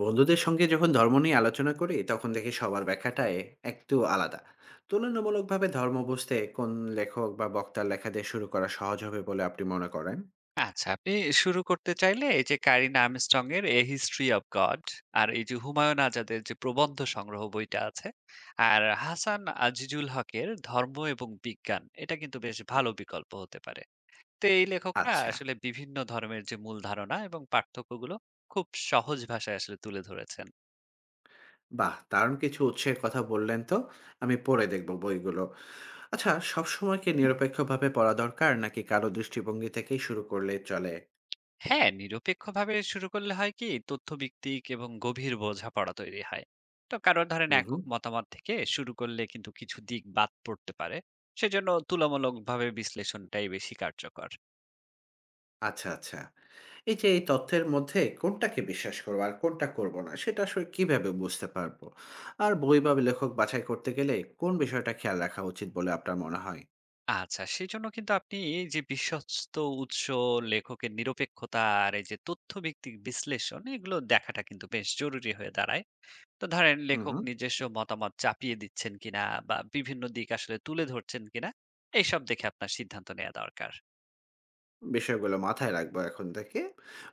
বন্ধুদের সঙ্গে যখন ধর্ম নিয়ে আলোচনা করি তখন দেখি সবার ব্যাখ্যাটাই একটু আলাদা। তুলনামূলকভাবে ধর্ম বুঝতে কোন লেখক বা বক্তার লেখা দিয়ে শুরু করা সহজ হবে বলে আপনি মনে করেন? আচ্ছা, আপনি শুরু করতে চাইলে এই যে কারিন আর্মস্ট্রং এর A History of God আর এই যে হুমায়ুন আজাদের যে প্রবন্ধ সংগ্রহ বইটা আছে আর হাসান আজিজুল হকের ধর্ম এবং বিজ্ঞান এটা কিন্তু বেশ ভালো বিকল্প হতে পারে। তো এই লেখকরা আচ্ছা। আসলে বিভিন্ন ধর্মের যে মূল ধারণা এবং পার্থক্যগুলো খুব সহজ ভাষায় আসলে তুলে ধরেছেন। বাহ, দারুণ কিছু উৎসের কথা বললেন তো। আমি পড়ে দেখব বইগুলো। আচ্ছা, সবসময় কি নিরপেক্ষভাবে পড়া দরকার নাকি কারো দৃষ্টিভঙ্গি থেকেই শুরু করলে চলে? হ্যাঁ, নিরপেক্ষভাবে শুরু করলে হয় কি তথ্যভিত্তিক এবং গভীর বোঝাপড়া তৈরি হয়। তো কারণ ধরেন হুম, একক হুম। মতামত থেকে শুরু করলে কিন্তু কিছু দিক বাদ পড়তে পারে। সেজন্য তুলনামূলকভাবে বিশ্লেষণটাই বেশি কার্যকর। আচ্ছা, আচ্ছা। এই যে এই তথ্যের মধ্যে কোনটাকে বিশ্বাস করব আর কোনটা করব না সেটা আসলে কিভাবে বুঝতে পারব? আর বই বা লেখক বাছাই করতে গেলে কোন বিষয়টা খেয়াল রাখা উচিত বলে আপনার মনে হয়? আচ্ছা, সেজন্য কিন্তু আপনি এই যে বিশ্বস্ত উৎস, লেখকের নিরপেক্ষতা আর এই যে তথ্যভিত্তিক বিশ্লেষণ এগুলো দেখাটা কিন্তু বেশ জরুরি হয়ে দাঁড়ায়। তো ধরেন হুম, লেখক হুম। নিজস্ব মতামত চাপিয়ে দিচ্ছেন কিনা বা বিভিন্ন দিক আসলে তুলে ধরছেন কিনা, এইসব দেখে আপনার সিদ্ধান্ত নেয়া দরকার। বিষয়গুলো মাথায় রাখবো এখন থেকে।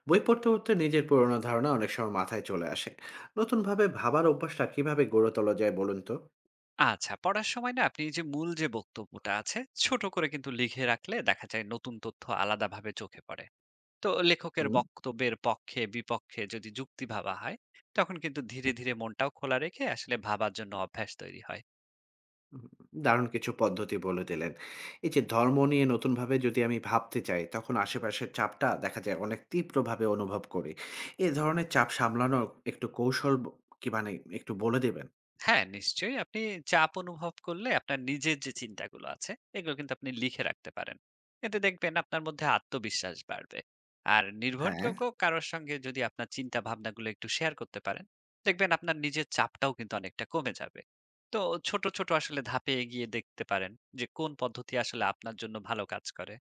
বই পড়তে, পড়তে নিজের পুরনো ধারণা অনেক সময় মাথায় চলে আসে। নতুনভাবে ভাবার অভ্যাসটা কিভাবে গড়ে তোলা যায় বলুন তো? আচ্ছা পড়ার সময় না আপনি যে মূল বক্তব্যটা আছে ছোট করে কিন্তু লিখে রাখলে দেখা যায় নতুন তথ্য আলাদাভাবে চোখে পড়ে। তো লেখকের হুম, বক্তব্যের পক্ষে বিপক্ষে যদি যুক্তি ভাবা হয় তখন কিন্তু ধীরে ধীরে মনটাও খোলা রেখে আসলে ভাবার জন্য অভ্যাস তৈরি হয়। হুম, দারুণ কিছু পদ্ধতি বলে দিলেন। এই যে ধর্ম নিয়ে নতুনভাবে যদি আমি ভাবতে চাই, তখন আশেপাশের চাপটা দেখা যায় অনেক তীব্রভাবে অনুভব করি। এ ধরনের চাপ সামলানোর একটু কৌশল কি মানে একটু বলে দিবেন? হ্যাঁ, নিশ্চয়ই। আপনি চাপ অনুভব করলে আপনার নিজের যে চিন্তাগুলো আছে, এগুলো কিন্তু আপনি লিখে রাখতে পারেন। এতে দেখবেন আপনার মধ্যে আত্মবিশ্বাস বাড়বে। আর হ্যাঁ। নির্ভরযোগ্য কারোর সঙ্গে যদি আপনার চিন্তা ভাবনাগুলো একটু শেয়ার করতে পারেন, দেখবেন আপনার নিজের চাপটাও কিন্তু অনেকটা কমে যাবে। তো ছোট, ছোট আসলে ধাপে এগিয়ে দেখতে পারেন যে কোন পদ্ধতি আসলে আপনার জন্য ভালো কাজ করে।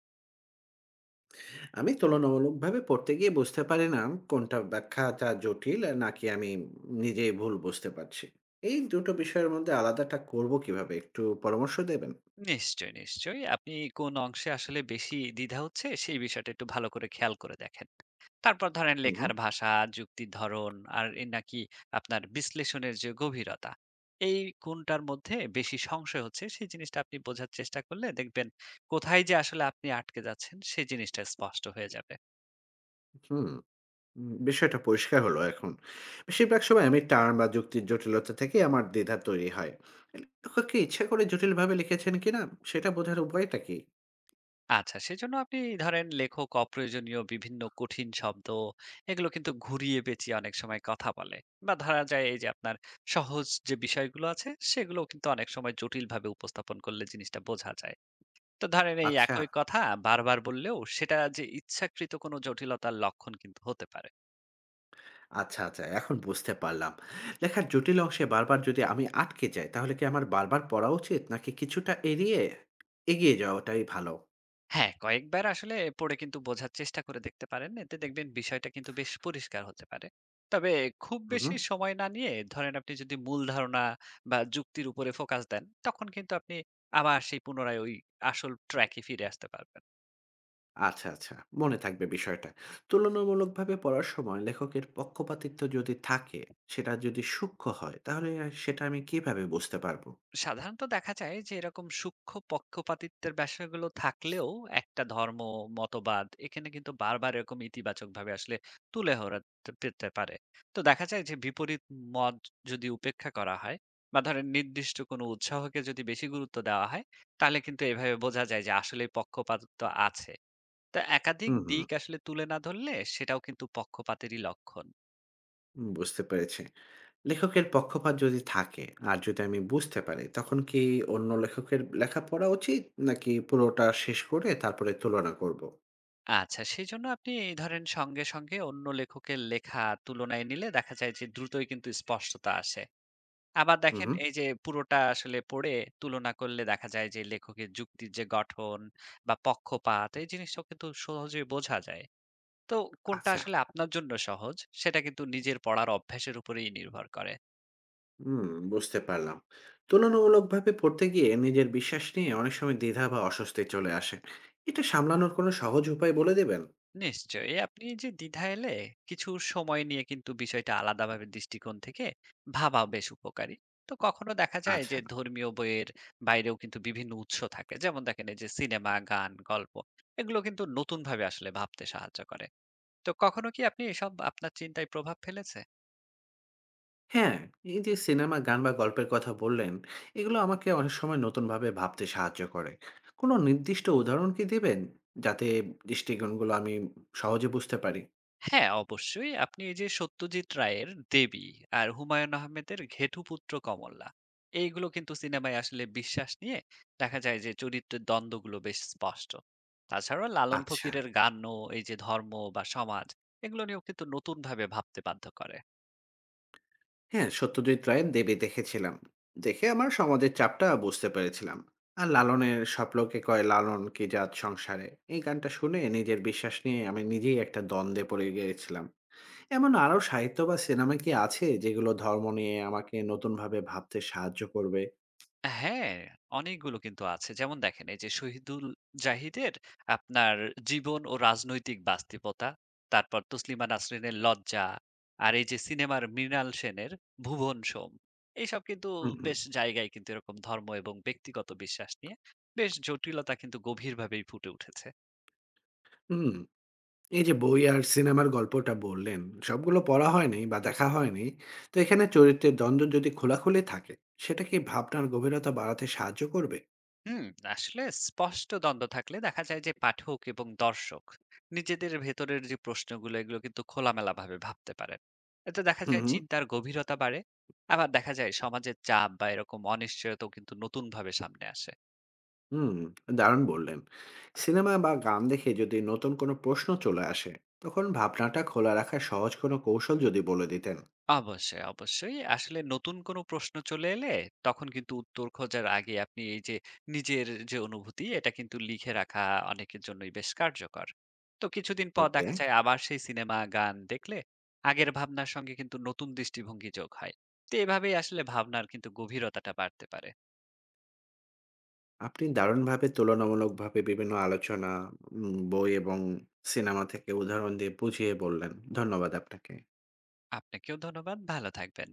আমি তুলনামূলকভাবে পড়তে গিয়ে বুঝতে পারি না কোনটা ব্যাখ্যাটা জটিল নাকি আমি নিজেই ভুল বুঝতে পারছি। এই দুটো বিষয়ের মধ্যে আলাদাটা করব কিভাবে, একটু পরামর্শ দেবেন? নিশ্চয়ই, নিশ্চয়ই। আপনি কোন অংশে আসলে বেশি দ্বিধা হচ্ছে সেই বিষয়টা একটু ভালো করে খেয়াল করে দেখেন। তারপর ধরেন হুম, লেখার ভাষা, যুক্তির ধরন আর এ নাকি আপনার বিশ্লেষণের যে গভীরতা, এই কোনটার মধ্যে বেশি সংশয় হচ্ছে সেই জিনিসটা আপনি বোঝার চেষ্টা করলে দেখবেন কোথায় যে আসলে আপনি আটকে যাচ্ছেন সেই জিনিসটা স্পষ্ট হয়ে যাবে। হুম। বিষয়টা পরিষ্কার হলো এখন। বেশিরভাগ সময় আমি টার্ম বা যুক্তির জটিলতা থেকে আমার দ্বিধা তৈরি হয়। লেখক কি ইচ্ছা করে জটিলভাবে লিখেছেন কিনা সেটা বোঝার উপায়টা কি? আচ্ছা সেজন্য আপনি ধরেন লেখক অপ্রয়োজনীয় বিভিন্ন কঠিন শব্দ এগুলো কিন্তু ঘুরিয়ে পেঁচিয়ে অনেক সময় কথা বলে। বা ধরা যায় এই যে আপনার সহজ যে বিষয়গুলো আছে সেগুলোও কিন্তু অনেক সময় জটিলভাবে উপস্থাপন করলে জিনিসটা বোঝা যায়। তো ধরেন এই আচ্ছা, একই কথা বারবার বললেও সেটা যে ইচ্ছাকৃত কোনো জটিলতার লক্ষণ কিন্তু হতে পারে। আচ্ছা, আচ্ছা, এখন বুঝতে পারলাম। লেখার জটিল অংশে বারবার যদি আমি আটকে যাই তাহলে কি আমার বারবার পড়া উচিত নাকি কিছুটা এড়িয়ে এগিয়ে যাওয়াটাই ভালো? হ্যাঁ কয়েকবার আসলে পড়ে কিন্তু বোঝার চেষ্টা করে দেখতে পারেন, এতে দেখবেন বিষয়টা কিন্তু বেশ পরিষ্কার হতে পারে। তবে খুব হু, হু। বেশি সময় না নিয়ে ধরেন আপনি যদি মূল ধারণা বা যুক্তির উপরে ফোকাস দেন তখন কিন্তু আপনি আবার সেই পুনরায় ওই আসল ট্র্যাকে ফিরে আসতে পারবেন। আচ্ছা, আচ্ছা। মনে থাকবে বিষয়টা। তুলনামূলকভাবে পড়ার সময় লেখকের পক্ষপাতিত্ব যদি থাকে, সেটা যদি সূক্ষ্ম হয়, তাহলে সেটা আমি কিভাবে বুঝতে পারবো? সাধারণত দেখা যায় যে এরকম সূক্ষ্ম পক্ষপাতিত্বের বিষয়গুলো থাকলেও একটা ধর্ম মতবাদ এখানে কিন্তু বারবার এরকম ইতিবাচক ভাবে আসলে তুলে ধরতে পেতে পারে। তো দেখা যায় যে বিপরীত মত যদি উপেক্ষা করা হয় বা ধরেন নির্দিষ্ট কোনো উৎসাহকে যদি বেশি গুরুত্ব দেওয়া হয় তাহলে কিন্তু এভাবে বোঝা যায় যে আসলে পক্ষপাতিত্ব আছে। তো একাধিক হুম, হুম। দিক আসলে তুলে না ধরলে সেটাও কিন্তু পক্ষপাতেরই লক্ষণ। বুঝতে পেরেছি। লেখকের পক্ষপাত যদি থাকে আর যদি আমি বুঝতে পারি, তখন কি অন্য লেখকের লেখা পড়া উচিত? নাকি পুরোটা শেষ করে তারপরে তুলনা করব? আচ্ছা, সেজন্য আপনি এই ধরেন সঙ্গে, সঙ্গে অন্য লেখকের লেখা তুলনায় নিলে দেখা যায় যে দ্রুতই কিন্তু স্পষ্টতা আসে। আবার হুম, দেখেন হুম। এই যে পুরোটা আসলে পড়ে তুলনা করলে দেখা যায় যে লেখকের যুক্তির যে গঠন বা পক্ষপাত এই জিনিসটাও কিন্তু সহজেই বোঝা যায়। তো কোনটা আচ্ছা। আসলে আপনার জন্য সহজ সেটা কিন্তু নিজের পড়ার অভ্যাসের উপরেই নির্ভর করে। হুম, বুঝতে পারলাম। তুলনামূলকভাবে পড়তে গিয়ে নিজের বিশ্বাস নিয়ে অনেক সময় দ্বিধা বা অস্বস্তি চলে আসে। এটা সামলানোর কোনো সহজ উপায় বলে দেবেন? নিশ্চয়ই আপনি যে দ্বিধা এলে কিছু সময় নিয়ে কিন্তু বিষয়টা আলাদাভাবে দৃষ্টিকোণ থেকে ভাবা বেশ উপকারী। তো কখনো দেখা যায় যে আচ্ছা। ধর্মীয় বইয়ের বাইরেও কিন্তু বিভিন্ন উৎস থাকে যেমন দেখেন এই যে সিনেমা গান গল্প এগুলো কিন্তু নতুন ভাবে আসলে ভাবতে সাহায্য করে। তো কখনো কি আপনি এসব আপনার চিন্তায় প্রভাব ফেলেছে? হ্যাঁ, এই যে সিনেমা, গান বা গল্পের কথা বললেন, এগুলো আমাকে অনেক সময় নতুনভাবে ভাবতে সাহায্য করে। কোনো নির্দিষ্ট উদাহরণ কি দেবেন, যাতে দৃষ্টিকোণগুলো আমি সহজে বুঝতে পারি? হ্যাঁ, অবশ্যই। আপনি এই যে সত্যজিৎ রায়ের 'দেবী' আর হুমায়ূন আহমেদের 'ঘেটুপুত্র কমলা' এইগুলো কিন্তু সিনেমায় আসলে বিশ্বাস নিয়ে দেখা যায় যে চরিত্রের দ্বন্দ্বগুলো বেশ স্পষ্ট। তাছাড়া লালন আচ্ছা। ফকিরের গানও এই যে ধর্ম বা সমাজ এগুলো নিয়েও কিন্তু নতুনভাবে ভাবতে বাধ্য করে। হ্যাঁ, সত্যজিৎ রায়ের দেবী দেখেছিলাম। দেখে আমার সমাজের চাপটা বুঝতে পেরেছিলাম। আর লালনের স্বপ্নকে কয় লালন কি জাত সংসারে এই গানটা শুনে নিজের বিশ্বাস নিয়ে আমি নিজেই একটা দ্বন্দ্বে পড়ে গিয়েছিলাম। এমন আরো সাহিত্য বা সিনেমা কি আছে যেগুলো ধর্ম নিয়ে আমাকে নতুনভাবে ভাবতে সাহায্য করবে? হ্যাঁ, অনেকগুলো কিন্তু আছে। যেমন দেখেন এই যে শহীদুল জাহিদের আপনার জীবন ও রাজনৈতিক বাস্তবতা, তারপর তসলিমা নাসরিনের লজ্জা, আর এই যে সিনেমার মৃণাল সেনের ভুবন সোম। এইসব কিন্তু হুম, হুম। বেশ জায়গায় কিন্তু এরকম ধর্ম এবং ব্যক্তিগত বিশ্বাস নিয়ে বেশ জটিলতা কিন্তু গভীরভাবেই ফুটে উঠেছে। হুম, এই যে বই আর সিনেমার গল্পটা বললেন, সবগুলো পড়া হয়নি বা দেখা হয়নি। তো এখানে চরিত্রের দ্বন্দ্ব যদি খোলাখুলি থাকে, সেটা কি ভাবনার গভীরতা বাড়াতে সাহায্য করবে? হুম, আসলে স্পষ্ট দ্বন্দ্ব থাকলে দেখা যায় যে পাঠক এবং দর্শক নিজেদের ভেতরের যে প্রশ্নগুলো এগুলো কিন্তু খোলামেলা ভাবে ভাবতে পারেন, এতে দেখা হুম, যায় হুম। চিন্তার গভীরতা বাড়ে। আবার দেখা যায় সমাজের চাপ বা এরকম অনিশ্চয়তাও কিন্তু নতুন ভাবে সামনে আসে। হুম, দারুণ বললেন। সিনেমা বা গান দেখে যদি নতুন কোনো প্রশ্ন চলে আসে, তখন ভাবনাটা খোলা রাখার সহজ কোনো কৌশল যদি বলে দিতেন। অবশ্যই, অবশ্যই। আসলে নতুন কোনো প্রশ্ন চলে এলে তখন কিন্তু উত্তর খোঁজার আগে আপনি এই যে নিজের যে অনুভূতি এটা কিন্তু লিখে রাখা অনেকের জন্যই বেশ কার্যকর। তো কিছুদিন পর ওকে, দেখা যায় আবার সেই সিনেমা, গান দেখলে আগের ভাবনার সঙ্গে কিন্তু নতুন দৃষ্টিভঙ্গি যোগ হয়। তো এভাবেই আসলে ভাবনার কিন্তু গভীরতাটা বাড়তে পারে। আপনি দারুণভাবে তুলনামূলকভাবে বিভিন্ন আলোচনা, বই এবং সিনেমা থেকে উদাহরণ দিয়ে বুঝিয়ে বললেন। ধন্যবাদ আপনাকে। আপনাকেও ধন্যবাদ। ভালো থাকবেন।